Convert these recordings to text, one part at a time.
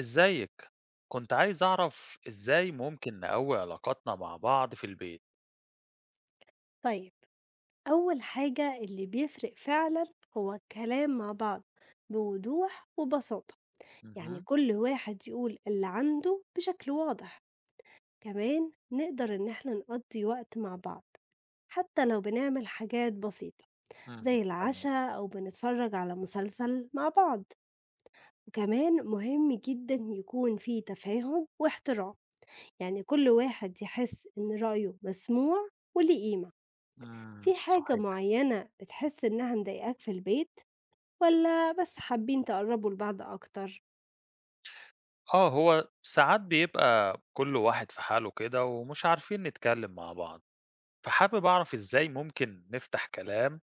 إزيك؟ كنت عايز أعرف إزاي ممكن نقوي علاقاتنا مع بعض في البيت؟ طيب، أول حاجة اللي بيفرق فعلا هو الكلام مع بعض بوضوح وبساطة. يعني اهم، كل واحد يقول اللي عنده بشكل واضح. كمان نقدر إن احنا نقضي وقت مع بعض، حتى لو بنعمل حاجات بسيطة اهم، زي تمام، العشاء أو بنتفرج على مسلسل مع بعض. وكمان مهم جدا يكون في تفاهم واحترام، يعني كل واحد يحس إن رأيه مسموع وليه قيمة. إمم، في حاجة صحيح. معينة بتحس إنها مضايقاك في البيت، ولا بس حابين تقربوا لبعض أكتر؟ آه، هو ساعات بيبقى كل واحد في حاله كده ومش عارفين نتكلم مع بعض، فحابب أعرف إزاي ممكن نفتح كلام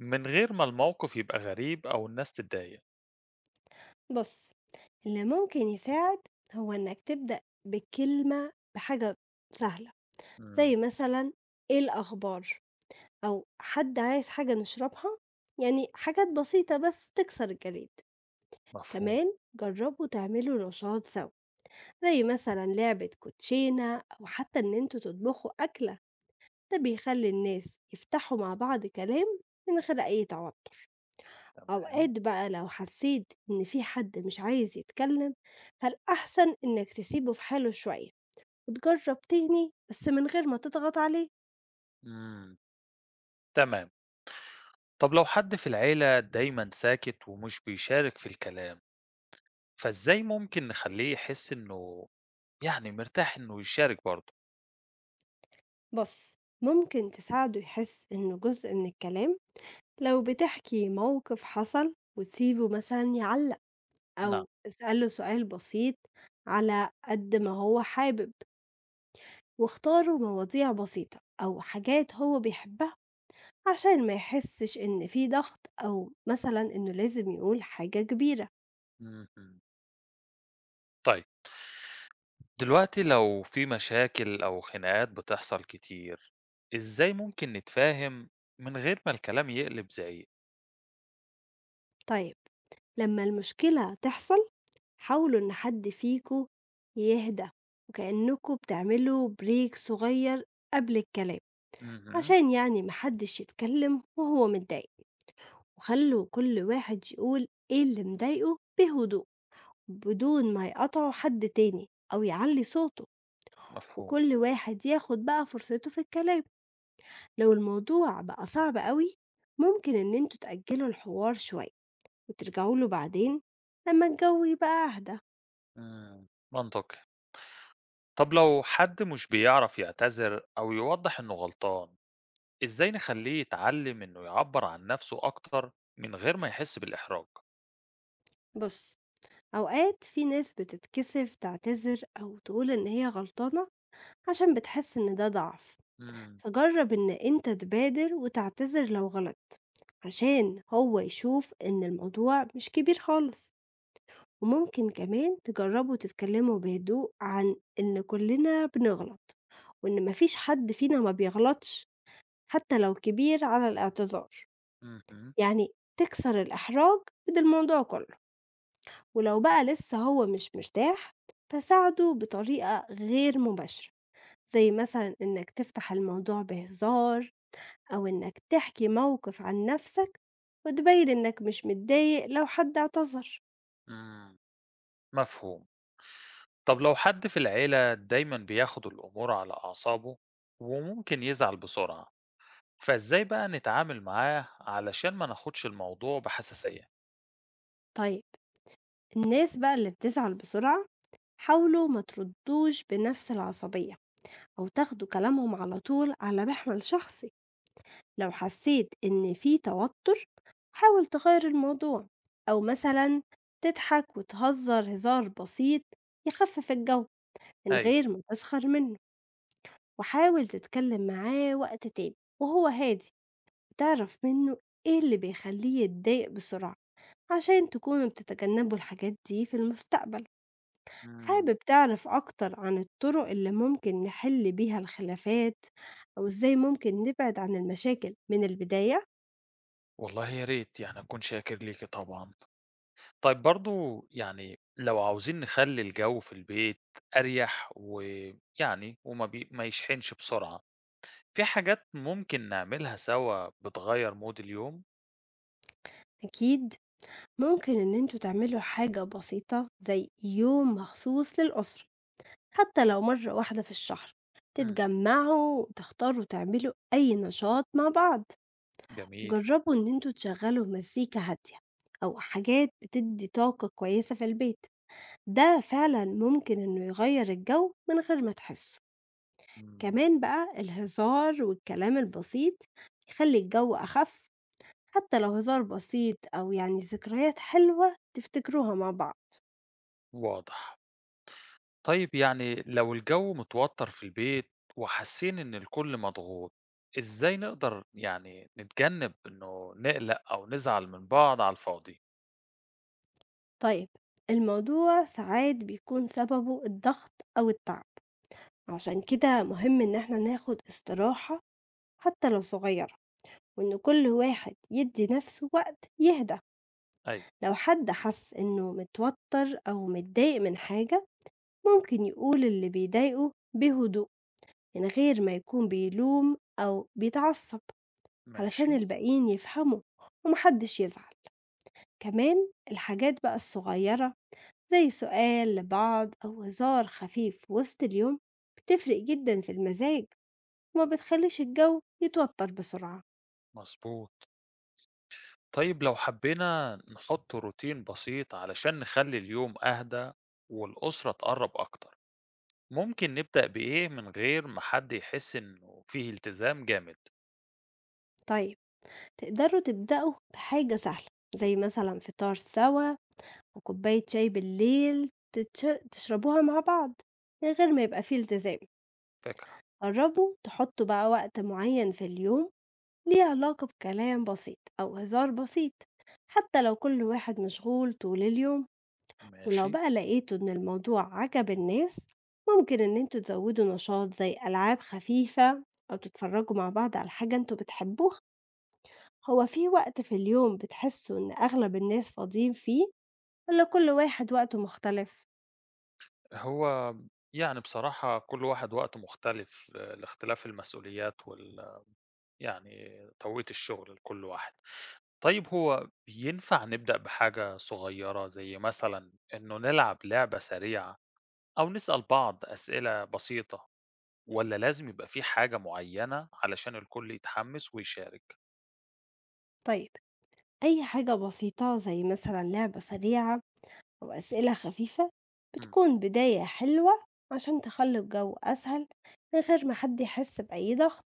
من غير ما الموقف يبقى غريب أو الناس تتضايق؟ بص، اللي ممكن يساعد هو إنك تبدأ بكلمة، بحاجة سهلة، إمم، زي مثلا إيه الأخبار؟ أو حد عايز حاجة نشربها؟ يعني حاجات بسيطة بس تكسر الجليد. مفهوم، كمان جربوا تعملوا نشاط سوا، زي مثلا لعبة كوتشينة أو حتى إن انتوا تطبخوا أكلة. ده بيخلّي الناس يفتحوا مع بعض كلام من غير أي توتر. تمام، أوقات بقى لو حسيت إن في حد مش عايز يتكلم، فالأحسن إنك تسيبه في حاله شوية وتجرب تاني بس من غير ما تضغط عليه. إمم، تمام. طب لو حد في العيلة دايمًا ساكت ومش بيشارك في الكلام، فإزاي ممكن نخلّيه يحس إنه يعني مرتاح إنه يشارك برضه. بُص، ممكن تساعده يحس إنه جزء من الكلام، لو بتحكي موقف حصل وتسيبه مثلًا يعلّق، نعم. أو اسأله سؤال بسيط على قد ما هو حابب. واختاروا مواضيع بسيطة أو حاجات هو بيحبها، عشان ما يحسش إن في ضغط أو مثلًا إنه لازم يقول حاجة كبيرة. اهم. طيب، دلوقتي لو في مشاكل أو خناقات بتحصل كتير، إزاي ممكن نتفاهم من غير ما الكلام يقلب زعيق؟ طيب لمّا المشكلة تحصل، حاولوا إن حد فيكم يهدى، وكأنكم بتعملوا بريك صغير قبل الكلام، اهم، عشان يعني ما حدش يتكلم وهو متضايق. وخلوا كل واحد يقول إيه اللي مضايقه بهدوء، بدون ما يقاطعوا حد تاني أو يعلّي صوته، مفهوم. وكل واحد ياخد بقى فرصته في الكلام. لو الموضوع بقى صعب قوي، ممكن إن انتوا تأجلوا الحوار شوية وترجعوا له بعدين لما الجو يبقى أهدى. إمم، منطقي. طب لو حد مش بيعرف يعتذر أو يوضّح إنه غلطان، إزاي نخلّيه يتعلم إنه يعبّر عن نَفْسه أكتر من غير ما يحس بالإحراج؟ بص، أوقات في ناس بتتكسف تعتذر أو تقول إن هي غلطانة، عشان بتحس إن ده ضعف. إمم، فجرب إن انت تبادر وتعتذر لو غلط، عشان هو يشوف إن الموضوع مش كبير خالص. وممكن كمان تجربوا تتكلموا بهدوء عن إن كلنا بنغلط، وإن مفيش حد فينا ما بيغلطش، حتى لو كبير على الاعتذار. اهم، يعني تكسر الإحراج من الموضوع كله. ولو بقى لسه هو مش مرتاح، فساعده بطريقة غير مباشرة، زي مثلا إنك تفتح الموضوع بهزار، أو إنك تحكي موقف عن نفسك وتبين إنك مش متضايق لو حد اعتذر. إمم، مفهوم. طب لو حد في العيلة دايما بياخد الأمور على أعصابه وممكن يزعل بسرعة فإزاي بقى نتعامل معاه علشان ما ناخدش الموضوع بحساسية؟ طيب الناس بقى اللي بتزعل بسرعة، حاولوا ما تردوش بنفس العصبية أو تاخدوا كلامهم على طول على محمل شخصي. لو حسيت إن في توتر، حاول تغير الموضوع، أو مثلا تضحك وتهزر هزار بسيط يخفف الجو، من أيوة. غير ما تسخر منه. وحاول تتكلم معاه وقت تاني وهو هادي، وتعرف منه إيه اللي بيخليه يتضايق بسرعة، عشان تكونوا بتتجنبوا الحاجات دي في المستقبل. مم. حابب تعرف أكتر عن الطرق اللي ممكن نحل بيها الخلافات، أو إزاي ممكن نبعد عن المشاكل من البداية؟ والله يا ريت يعني أكون شاكر ليكي طبعا. طيب برضو يعني لو عاوزين نخلي الجو في البيت أريح ويعني وما بي... ما يشحنش بسرعة، في حاجات ممكن نعملها سوا بتغير مود اليوم؟ أكيد، ممكن إن انتوا تعملوا حاجة بسيطة زي يوم مخصوص للأسرة، حتى لو مرة واحدة في الشهر مم. تتجمعوا وتختاروا تعملوا أي نشاط مع بعض. جميل. جربوا إن انتوا تشغلوا مزيكا هادية أو حاجات بتدي طاقة كويسة في البيت، ده فعلا ممكن إنه يغير الجو من غير ما تحسوا. مم. كمان بقى الهزار والكلام البسيط يخلي الجو أخف، حتى لو هزار بسيط أو يعني ذكريات حلوة تفتكروها مع بعض. واضح. طيب يعني لو الجو متوتر في البيت وحاسين إن الكل مضغوط، إزاي نقدر يعني نتجنب إنه نقلق أو نزعل من بعض على الفاضي؟ طيب الموضوع ساعات بيكون سببه الضغط أو التعب، عشان كده مهم إن احنا ناخد استراحة، حتى لو صغيرة، وإن كل واحد يدي نفسه وقت يهدى. أيوه. لو حد حس إنه متوتر أو متضايق من حاجة، ممكن يقول اللي بيضايقه بهدوء، من غير ما يكون بيلوم أو بيتعصب، ماشي. علشان الباقيين يفهموا ومحدش يزعل. كمان الحاجات بقى الصغيرة، زي سؤال لبعض أو هزار خفيف وسط اليوم، بتفرق جدا في المزاج وما بتخليش الجو يتوتر بسرعة. مظبوط، طيب لو حبينا نحط روتين بسيط علشان نخلي اليوم أهدى والأسرة تقرب أكتر، ممكن نبدأ بإيه من غير ما حد يحس إنه فيه التزام جامد؟ طيب تقدروا تبدأوا بحاجة سهلة، زي مثلا فطار سوا وكوباية شاي بالليل تشربوها مع بعض من غير ما يبقى فيه التزام. فكرة. قربوا تحطوا بقى وقت معين في اليوم ليه علاقة بكلام بسيط أو هزار بسيط، حتى لو كل واحد مشغول طول اليوم. ولو ماشي. بقى لقيتوا إن الموضوع عجب الناس، ممكن إن انتوا تزودوا نشاط زي ألعاب خفيفة، أو تتفرجوا مع بعض على حاجة انتوا بتحبوها. هو في وقت في اليوم بتحسوا إن أغلب الناس فاضيين فيه، ولا كل واحد وقته مختلف؟ هو يعني بصراحة كل واحد وقته مختلف لاختلاف المسؤوليات وال يعني توقيت الشغل لكل واحد. طيب هو بينفع نبدأ بحاجة صغيرة زي مثلًا إنه نلعب لعبة سريعة أو نسأل بعض أسئلة بسيطة والّا لازم يبقى في حاجة معينة علشان الكل يتحمس ويشارك؟ طيب أي حاجة بسيطة زي مثلا لعبة سريعة أو أسئلة خفيفة إمم، بتكون بداية حلوة، عشان تخلي الجو أسهل من غير ما حد يحس بأي ضغط.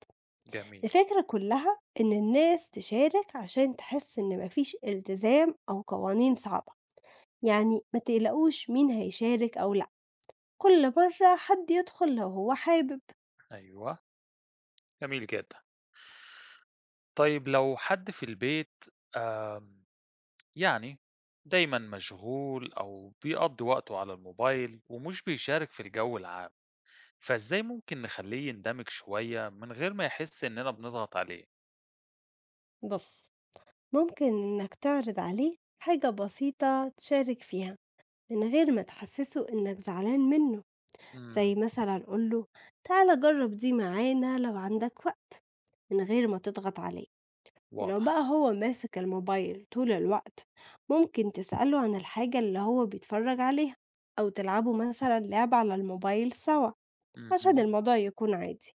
جميل، الفكرة كلها إن الناس تشارك، عشان تحس إن مفيش التزام أو قوانين صعبة. يعني ما تقلقوش مين هيشارك أو لأ، كل مرة حد يدخل لو هو حابب. أيوه، جميل جدًا. طيب لو حد في البيت آمم يعني دايما مشغول أو بيقضي وقته على الموبايل ومش بيشارك في الجو العام، فإزاي ممكن نخليه يندمج شوية من غير ما يحس إننا بنضغط عليه؟ بص، ممكن إنك تعرض عليه حاجة بسيطة تشارك فيها، من غير ما تحسسه إنك زعلان منه. امم. زي مثلا قوله تعالى جرب دي معانا لو عندك وقت، من غير ما تضغط عليه. ولو واضح. بقى هو ماسك الموبايل طول الوقت، ممكن تسأله عن الحاجة اللي هو بيتفرج عليها، أو تلعبوا مثلا لعبة على الموبايل سوا، عشان امم. الموضوع يكون عادي.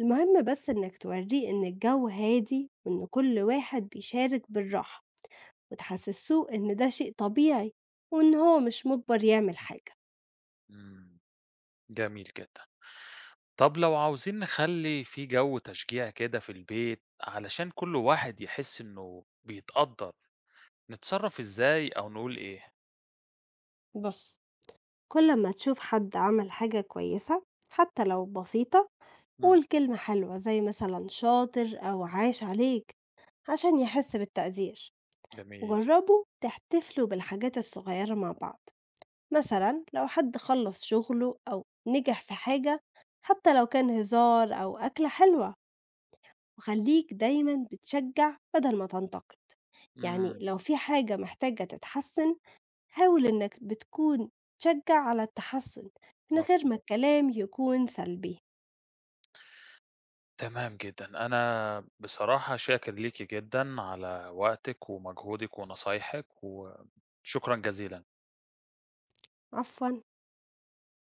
المهم بس إنك توريه إن الجو هادي وإن كل واحد بيشارك بالراحة، وتحسسوه إن ده شيء طبيعي وإن هو مش مجبر يعمل حاجة. امم. جميل جدا. طب لو عاوزين نخلي في جو تشجيع كده في البيت علشان كل واحد يحس إنه بيتقدر، نتصرف إزاي أو نقول إيه؟ بص، كل ما تشوف حد عمل حاجة كويسة، حتى لو بسيطة، امم. قول كلمة حلوة زي مثلا شاطر أو عاش عليك، عشان يحس بالتقدير. جميل. وجربوا تحتفلوا بالحاجات الصغيرة مع بعض، مثلا لو حد خلص شغله أو نجح في حاجة، حتى لو كان هزار أو أكلة حلوة. وخليك دايما بتشجع بدل ما تنتقد. يعني امم. لو في حاجة محتاجة تتحسن، حاول إنك بتكون تشجع على التحسن، من غير ما مفهوم. الكلام يكون سلبي. تمام جدًا. أنا بصراحة شاكر ليكِ جدًا على وقتِك ومجهودِك ونصايحِك، وشكرًا جزيلًا. عفواً.